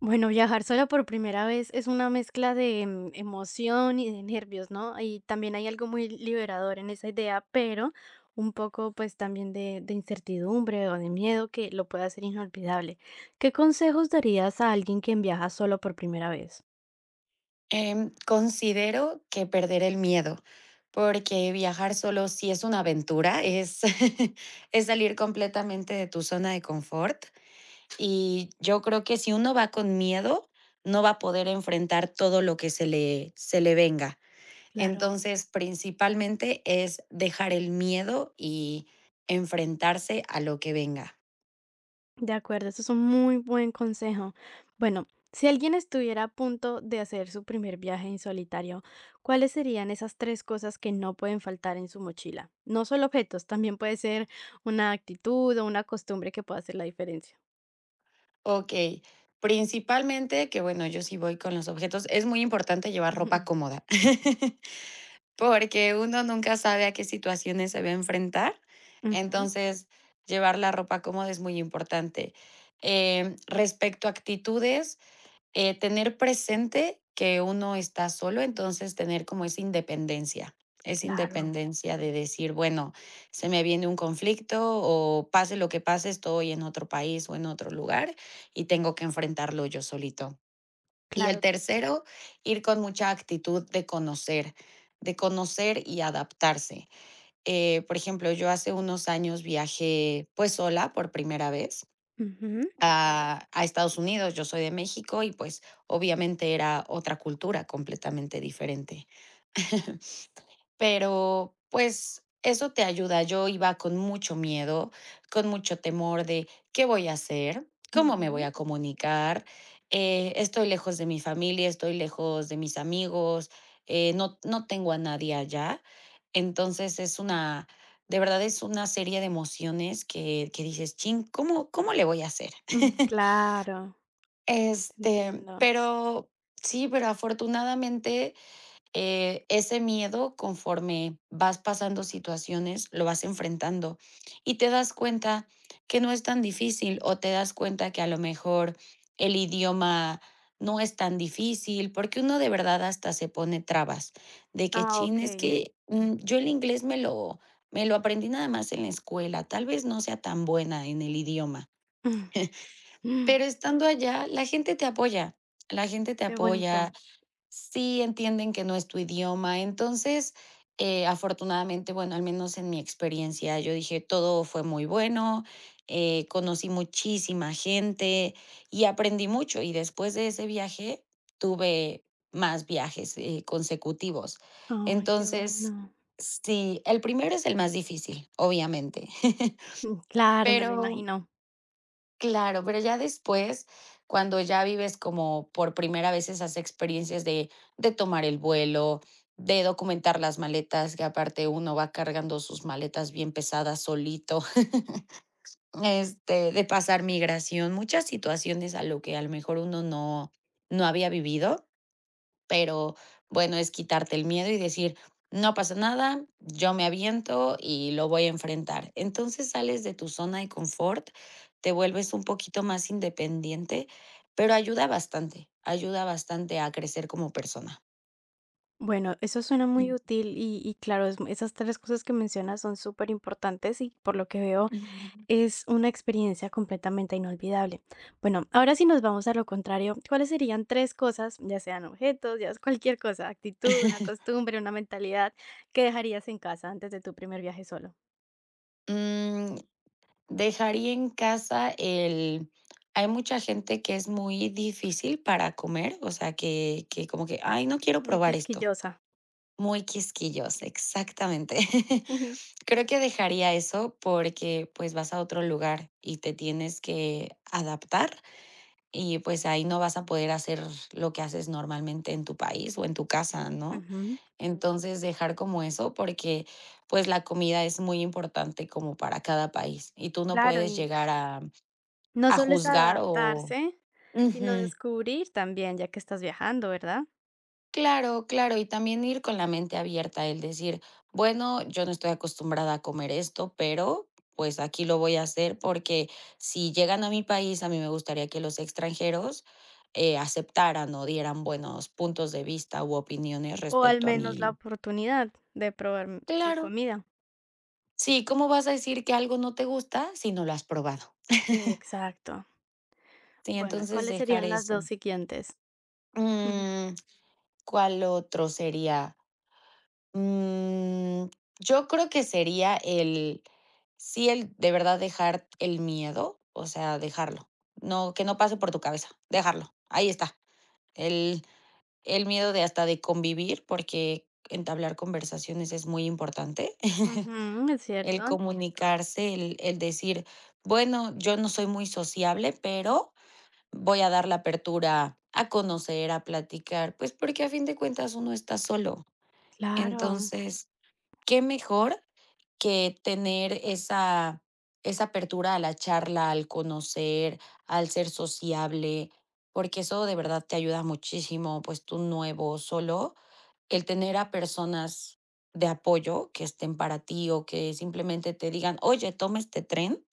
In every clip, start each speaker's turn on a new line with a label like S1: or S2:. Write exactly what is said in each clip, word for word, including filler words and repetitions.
S1: Bueno, viajar sola por primera vez es una mezcla de mm, emoción y de nervios, ¿no? Y también hay algo muy liberador en esa idea, pero un poco pues también de, de incertidumbre o de miedo que lo puede hacer inolvidable. ¿Qué consejos darías a alguien quien viaja solo por primera vez?
S2: Em, considero que perder el miedo, porque viajar solo sí es una aventura, es es salir completamente de tu zona de confort, y yo creo que si uno va con miedo, no va a poder enfrentar todo lo que se le se le venga.
S1: Claro.
S2: Entonces, principalmente es dejar el miedo y enfrentarse a lo que venga.
S1: De acuerdo, eso es un muy buen consejo. Bueno, si alguien estuviera a punto de hacer su primer viaje en solitario, ¿cuáles serían esas tres cosas que no pueden faltar en su mochila? No solo objetos, también puede ser una actitud o una costumbre que pueda hacer la diferencia.
S2: Okey, principalmente que, bueno, yo sí voy con los objetos, es muy importante llevar ropa
S1: Ujú,
S2: cómoda. Porque uno nunca sabe a qué situaciones se va a enfrentar,
S1: ujú,
S2: entonces, llevar la ropa cómoda es muy importante. Em, respecto a actitudes, eh, tener presente que uno está solo, entonces, tener como esa independencia, esa
S1: claro,
S2: independencia de decir: "Bueno, se me viene un conflicto o pase lo que pase, estoy en otro país o en otro lugar y tengo que enfrentarlo yo solito". Y el
S1: claro.
S2: tercero, ir con mucha actitud de conocer, de conocer y adaptarse. Eh, por ejemplo, yo hace unos años viajé pues sola por primera vez
S1: Ujú,
S2: a, a Estados Unidos. Yo soy de México y pues obviamente era otra cultura completamente diferente. Pero, pues, eso te ayuda. Yo iba con mucho miedo, con mucho temor de, ¿qué voy a hacer? ¿Cómo me voy
S1: ujú,
S2: a comunicar? Eh, estoy lejos de mi familia, estoy lejos de mis amigos, eh, no no tengo a nadie allá. Entonces, es una de verdad es una serie de emociones que que dices: "Chin, ¿cómo cómo le voy a hacer?".
S1: mm, claro, te
S2: Este,
S1: entiendo.
S2: pero sí, pero afortunadamente eh, ese miedo, conforme vas pasando situaciones, lo vas enfrentando y te das cuenta que no es tan difícil o te das cuenta que a lo mejor el idioma no es tan difícil, porque uno de verdad hasta se pone trabas de que,
S1: Ah,
S2: chin, es
S1: ok.
S2: que mm, yo el inglés me lo, me lo aprendí nada más en la escuela, tal vez no sea tan buena en el idioma,
S1: Mm, mm,
S2: pero estando allá, la gente te apoya, la gente te
S1: qué
S2: apoya.
S1: bonito.
S2: Sí, entienden que no es tu idioma. Entonces, eh, afortunadamente, bueno, al menos en mi experiencia, yo dije, todo fue muy bueno, eh, conocí muchísima gente y aprendí mucho. Y después de ese viaje, tuve más viajes eh, consecutivos.
S1: Ay, qué
S2: Entonces,
S1: bueno.
S2: sí, el primero es el más difícil, obviamente.
S1: Mm, claro, me lo
S2: Pero
S1: imagino.
S2: claro, pero ya después, cuando ya vives como por primera vez esas experiencias de de tomar el vuelo, de documentar las maletas, que aparte uno va cargando sus maletas bien pesadas solito, este, de pasar migración, muchas situaciones a lo que a lo mejor uno no no había vivido, pero bueno, es quitarte el miedo y decir, no pasa nada, yo me aviento y lo voy a enfrentar. Entonces sales de tu zona de confort, te vuelves un poquito más independiente, pero ayuda bastante, ayuda bastante a crecer como persona.
S1: Bueno, eso suena muy
S2: Mm.
S1: útil y, y claro, es- esas tres cosas que mencionas son súper importantes y por lo que veo
S2: Ujú.
S1: es una experiencia completamente inolvidable. Bueno, ahora si nos vamos a lo contrario, ¿cuáles serían tres cosas, ya sean objetos, ya sea cualquier cosa, actitud, una costumbre, una mentalidad, que dejarías en casa antes de tu primer viaje solo?
S2: Mm, dejaría en casa el... Hay mucha gente que es muy difícil para comer, o sea, que, que como que, ay, no quiero
S1: Muy
S2: probar esto.
S1: quisquillosa.
S2: Muy quisquillos, exactamente.
S1: Ujú.
S2: Creo que dejaría eso porque, pues, vas a otro lugar y te tienes que adaptar y, pues, ahí no vas a poder hacer lo que haces normalmente en tu país o en tu casa, ¿no?
S1: Ujú,
S2: Entonces, dejar como eso porque, pues, la comida es muy importante como para cada país y tú no
S1: claro,
S2: puedes
S1: y
S2: llegar a
S1: no
S2: a
S1: solo es
S2: juzgar o...
S1: adaptarse, sino
S2: Ujú.
S1: descubrir también, ya que estás viajando, ¿verdad?
S2: Claro, claro, y también ir con la mente abierta, el decir, bueno, yo no estoy acostumbrada a comer esto, pero pues aquí lo voy a hacer porque si llegan a mi país, a mí me gustaría que los extranjeros eh, aceptaran o dieran buenos puntos de vista u opiniones
S1: O al
S2: respecto a
S1: menos la
S2: mí.
S1: oportunidad de probar m- tu
S2: Claro,
S1: comida.
S2: sí, ¿cómo vas a decir que algo no te gusta si no lo has probado?
S1: Exacto.
S2: Sí,
S1: Bueno, ¿y
S2: entonces
S1: cuáles
S2: dejar
S1: serían las dos
S2: eso.
S1: siguientes?
S2: Mm, ¿cuál otro sería? Mm, yo creo que sería el, sí, el de verdad dejar el miedo, o sea, dejarlo. No, que no pase por tu cabeza, dejarlo. Ahí está. El, el miedo de hasta de convivir, porque entablar conversaciones es muy importante.
S1: Ujú, es
S2: El
S1: cierto.
S2: comunicarse, el, el decir, bueno, yo no soy muy sociable, pero voy a dar la apertura a conocer, a platicar, pues porque a fin de cuentas uno está solo.
S1: Claro,
S2: Entonces, qué mejor que tener esa esa apertura a la charla, al conocer, al ser sociable, porque eso de verdad te ayuda muchísimo, pues tú nuevo, solo, el tener a personas de apoyo que estén para ti o que simplemente te digan: "Oye, toma este tren".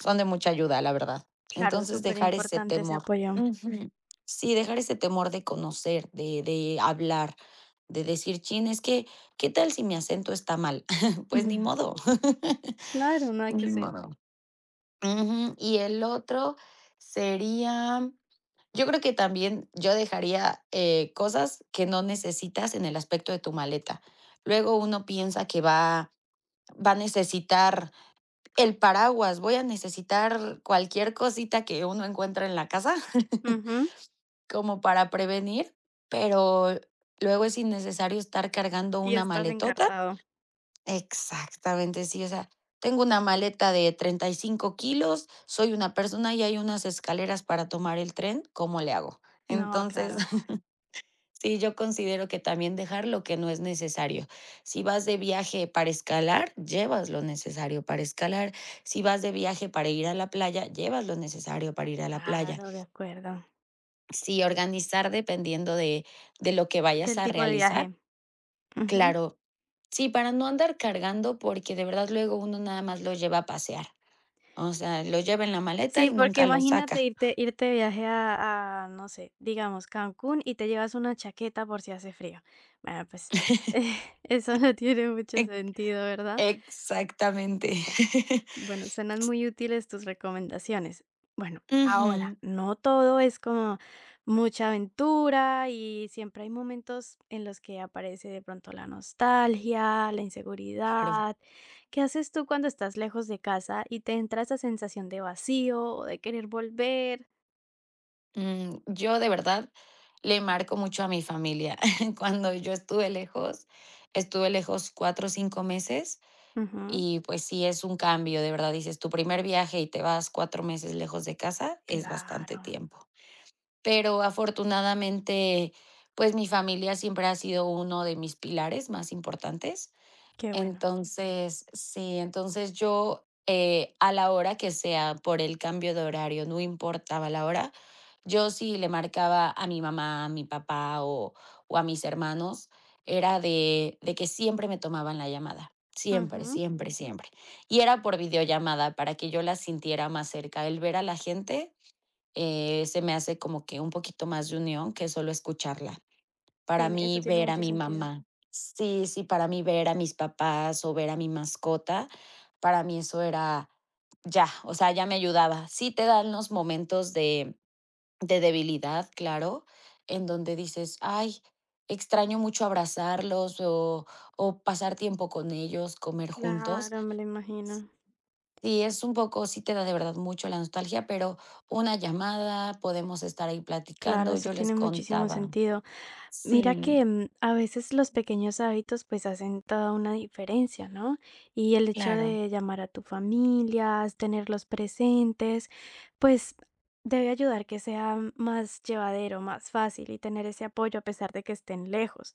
S2: Son de mucha ayuda, la verdad.
S1: claro,
S2: Entonces,
S1: súper
S2: dejar ese
S1: importante ese
S2: temor.
S1: apoyo.
S2: Ujú. Sí, dejar ese temor de conocer, de de hablar, de decir: "Chin, es que, ¿qué tal si mi acento está mal?". Pues ni
S1: Mm,
S2: modo.
S1: claro, no hay que
S2: Ni
S1: ser.
S2: modo. Ujú. Y el otro sería, yo creo que también yo dejaría, eh, cosas que no necesitas en el aspecto de tu maleta. Luego uno piensa que va va a necesitar el paraguas, voy a necesitar cualquier cosita que uno encuentre en la casa
S1: Ujú,
S2: como para prevenir, pero luego es innecesario estar cargando
S1: y
S2: una
S1: estás
S2: maletota.
S1: encartado.
S2: Exactamente, sí, o sea, tengo una maleta de 35 kilos, soy una persona y hay unas escaleras para tomar el tren, ¿cómo le hago?
S1: No,
S2: Entonces
S1: claro,
S2: sí, yo considero que también dejar lo que no es necesario. Si vas de viaje para escalar, llevas lo necesario para escalar. Si vas de viaje para ir a la playa, llevas lo necesario para ir a la playa.
S1: claro, de acuerdo.
S2: Sí, organizar dependiendo de, de lo que vayas
S1: Del
S2: a
S1: tipo de
S2: realizar.
S1: viaje. Ujú.
S2: Claro, sí, para no andar cargando, porque de verdad luego uno nada más lo lleva a pasear. O sea, lo lleva en la maleta
S1: Sí,
S2: y
S1: porque
S2: nunca lo saca.
S1: imagínate irte, irte de viaje a, a, no sé, digamos, Cancún y te llevas una chaqueta por si hace frío. Bueno, pues eso no tiene mucho
S2: Ex-
S1: sentido, ¿verdad?
S2: Exactamente.
S1: Bueno, suenan muy útiles tus recomendaciones. Bueno,
S2: Ujú,
S1: ahora, no todo es como mucha aventura y siempre hay momentos en los que aparece de pronto la nostalgia, la
S2: claro.
S1: inseguridad. ¿Qué haces tú cuando estás lejos de casa y te entra esa sensación de vacío o de querer volver?
S2: Mm, yo de verdad le marco mucho a mi familia. Cuando yo estuve lejos, estuve lejos cuatro o cinco meses
S1: Ujú.
S2: y pues sí es un cambio, de verdad. Dices, tu primer viaje y te vas cuatro meses lejos de casa, es bastante
S1: Claro,
S2: tiempo. Pero afortunadamente, pues mi familia siempre ha sido uno de mis pilares más importantes.
S1: qué bueno.
S2: Entonces, sí, entonces yo, eh, a la hora que sea, por el cambio de horario, no importaba la hora, yo sí le marcaba a mi mamá, a mi papá o, o a mis hermanos, era de, de que siempre me tomaban la llamada, siempre,
S1: Ujú.
S2: siempre, siempre. Y era por videollamada para que yo la sintiera más cerca. El ver a la gente eh, se me hace como que un poquito más de unión que solo escucharla. Para
S1: Tiene, eso
S2: mí
S1: tiene
S2: ver a
S1: mucho
S2: mi
S1: sentido.
S2: mamá. Sí, sí, para mí ver a mis papás o ver a mi mascota, para mí eso era ya, o sea, ya me ayudaba. Sí te dan los momentos de de debilidad, claro, en donde dices: "Ay, extraño mucho abrazarlos o o pasar tiempo con ellos, comer juntos".
S1: Claro, me lo imagino.
S2: Sí, es un poco sí te da de verdad mucho la nostalgia, pero una llamada, podemos estar ahí
S1: Claro,
S2: platicando,
S1: eso
S2: yo les
S1: tiene muchísimo
S2: contaba.
S1: sentido. Mira
S2: Sí,
S1: que mm, a veces los pequeños hábitos pues hacen toda una diferencia, ¿no? Y el hecho
S2: claro.
S1: de llamar a tu familia, tenerlos presentes, pues debe ayudar que sea más llevadero, más fácil y tener ese apoyo a pesar de que estén lejos.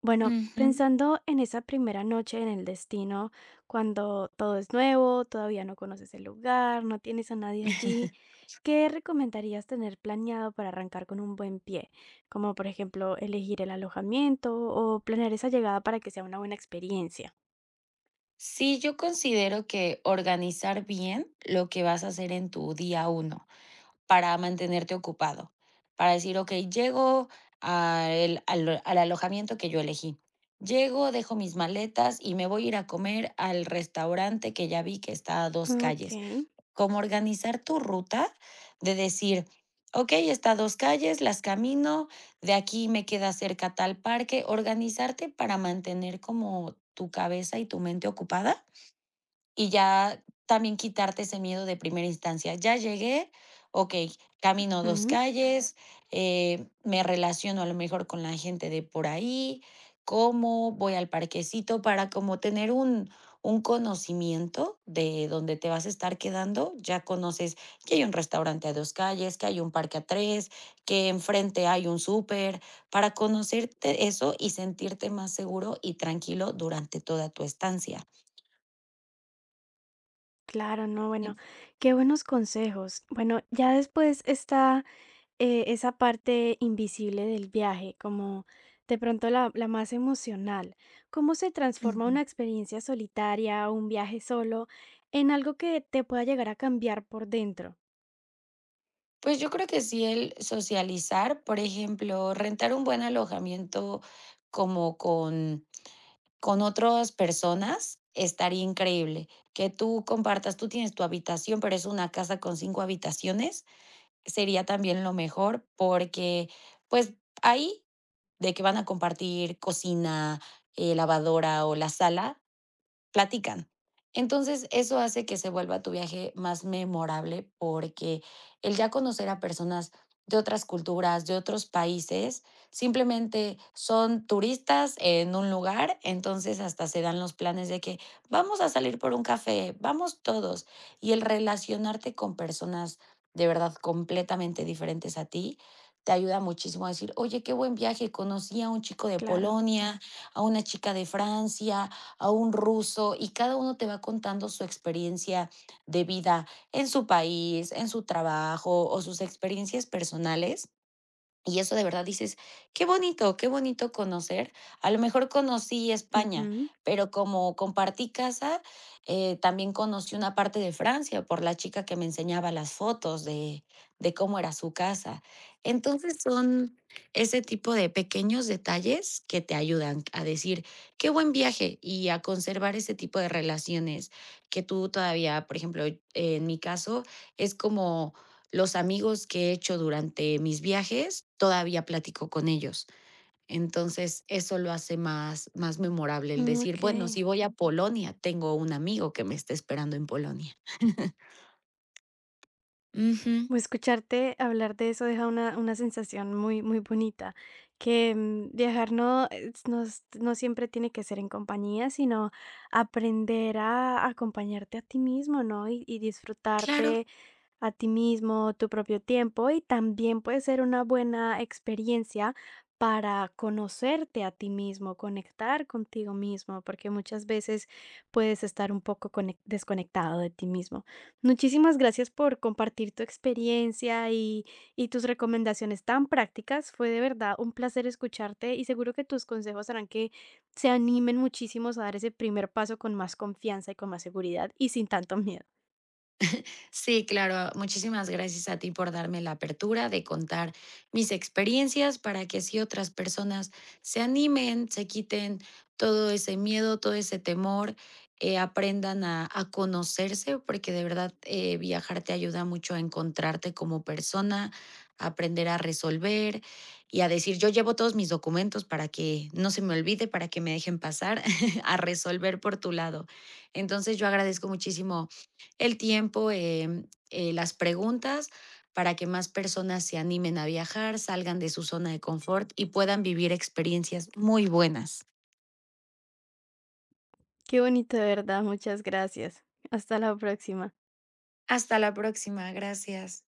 S1: Bueno,
S2: Ujú.
S1: pensando en esa primera noche en el destino, cuando todo es nuevo, todavía no conoces el lugar, no tienes a nadie allí, ¿qué recomendarías tener planeado para arrancar con un buen pie? Como por ejemplo, elegir el alojamiento o planear esa llegada para que sea una buena experiencia.
S2: Sí, yo considero que organizar bien lo que vas a hacer en tu día uno para mantenerte ocupado, para decir, ok, llego a el- al, al alojamiento que yo elegí, llego, dejo mis maletas y me voy a ir a comer al restaurante que ya vi que está a dos
S1: Ok,
S2: calles. Como organizar tu ruta de decir, ok, está a dos calles, las camino, de aquí me queda cerca tal parque, organizarte para mantener como tu cabeza y tu mente ocupada y ya también quitarte ese miedo de primera instancia. Ya llegué, okey, camino dos
S1: ujú,
S2: calles, eh, me relaciono a lo mejor con la gente de por ahí, como, voy al parquecito para como tener un un conocimiento de dónde te vas a estar quedando. Ya conoces que hay un restaurante a dos calles, que hay un parque a tres, que enfrente hay un súper, para conocerte eso y sentirte más seguro y tranquilo durante toda tu estancia.
S1: claro, no, bueno, qué buenos consejos. Bueno, ya después está eh, esa parte invisible del viaje, como de pronto la, la más emocional. ¿Cómo se transforma
S2: Ujú.
S1: una experiencia solitaria o un viaje solo en algo que te pueda llegar a cambiar por dentro?
S2: Pues yo creo que sí el socializar, por ejemplo, rentar un buen alojamiento como con con otras personas estaría increíble, que tú compartas, tú tienes tu habitación, pero es una casa con cinco habitaciones, sería también lo mejor porque, pues, ahí de que van a compartir cocina, eh, lavadora o la sala, platican. Entonces, eso hace que se vuelva tu viaje más memorable porque el ya conocer a personas de otras culturas, de otros países, simplemente son turistas en un lugar, entonces hasta se dan los planes de que vamos a salir por un café, vamos todos. Y el relacionarte con personas de verdad completamente diferentes a ti, te ayuda muchísimo a decir, oye, qué buen viaje, conocí a un chico de
S1: Claro.
S2: Polonia, a una chica de Francia, a un ruso, y cada uno te va contando su experiencia de vida en su país, en su trabajo o sus experiencias personales. Y eso de verdad dices, qué bonito, qué bonito conocer. A lo mejor conocí España,
S1: Ujú.
S2: pero como compartí casa, eh, también conocí una parte de Francia por la chica que me enseñaba las fotos de, de cómo era su casa. Entonces son ese tipo de pequeños detalles que te ayudan a decir, qué buen viaje y a conservar ese tipo de relaciones que tú todavía, por ejemplo, en mi caso, es como los amigos que he hecho durante mis viajes, todavía platico con ellos. Entonces, eso lo hace más, más memorable el
S1: Mm,
S2: decir,
S1: ok.
S2: bueno, si voy a Polonia, tengo un amigo que me está esperando en Polonia. Ujú,
S1: Pues escucharte hablar de eso deja una, una sensación muy, muy bonita, que mm, viajar no, es- no, es- no siempre tiene que ser en compañía, sino aprender a acompañarte a ti mismo, ¿no? y y
S2: claro.
S1: disfrutarte a ti mismo, tu propio tiempo y también puede ser una buena experiencia para conocerte a ti mismo, conectar contigo mismo, porque muchas veces puedes estar un poco conec- desconectado de ti mismo. Muchísimas gracias por compartir tu experiencia y, y tus recomendaciones tan prácticas. Fue de verdad un placer escucharte y seguro que tus consejos harán que se animen muchísimos a dar ese primer paso con más confianza y con más seguridad y sin tanto miedo.
S2: Sí, claro. Muchísimas gracias a ti por darme la apertura de contar mis experiencias para que así otras personas se animen, se quiten todo ese miedo, todo ese temor, eh, aprendan a, a conocerse, porque de verdad eh, viajar te ayuda mucho a encontrarte como persona, a aprender a resolver y a decir, yo llevo todos mis documentos para que no se me olvide, para que me dejen pasar, a resolver por tu lado. Entonces yo agradezco muchísimo el tiempo, em, eh, las preguntas para que más personas se animen a viajar, salgan de su zona de confort y puedan vivir experiencias muy buenas.
S1: Qué bonito, de verdad. Muchas gracias. Hasta la próxima.
S2: Hasta la próxima, gracias.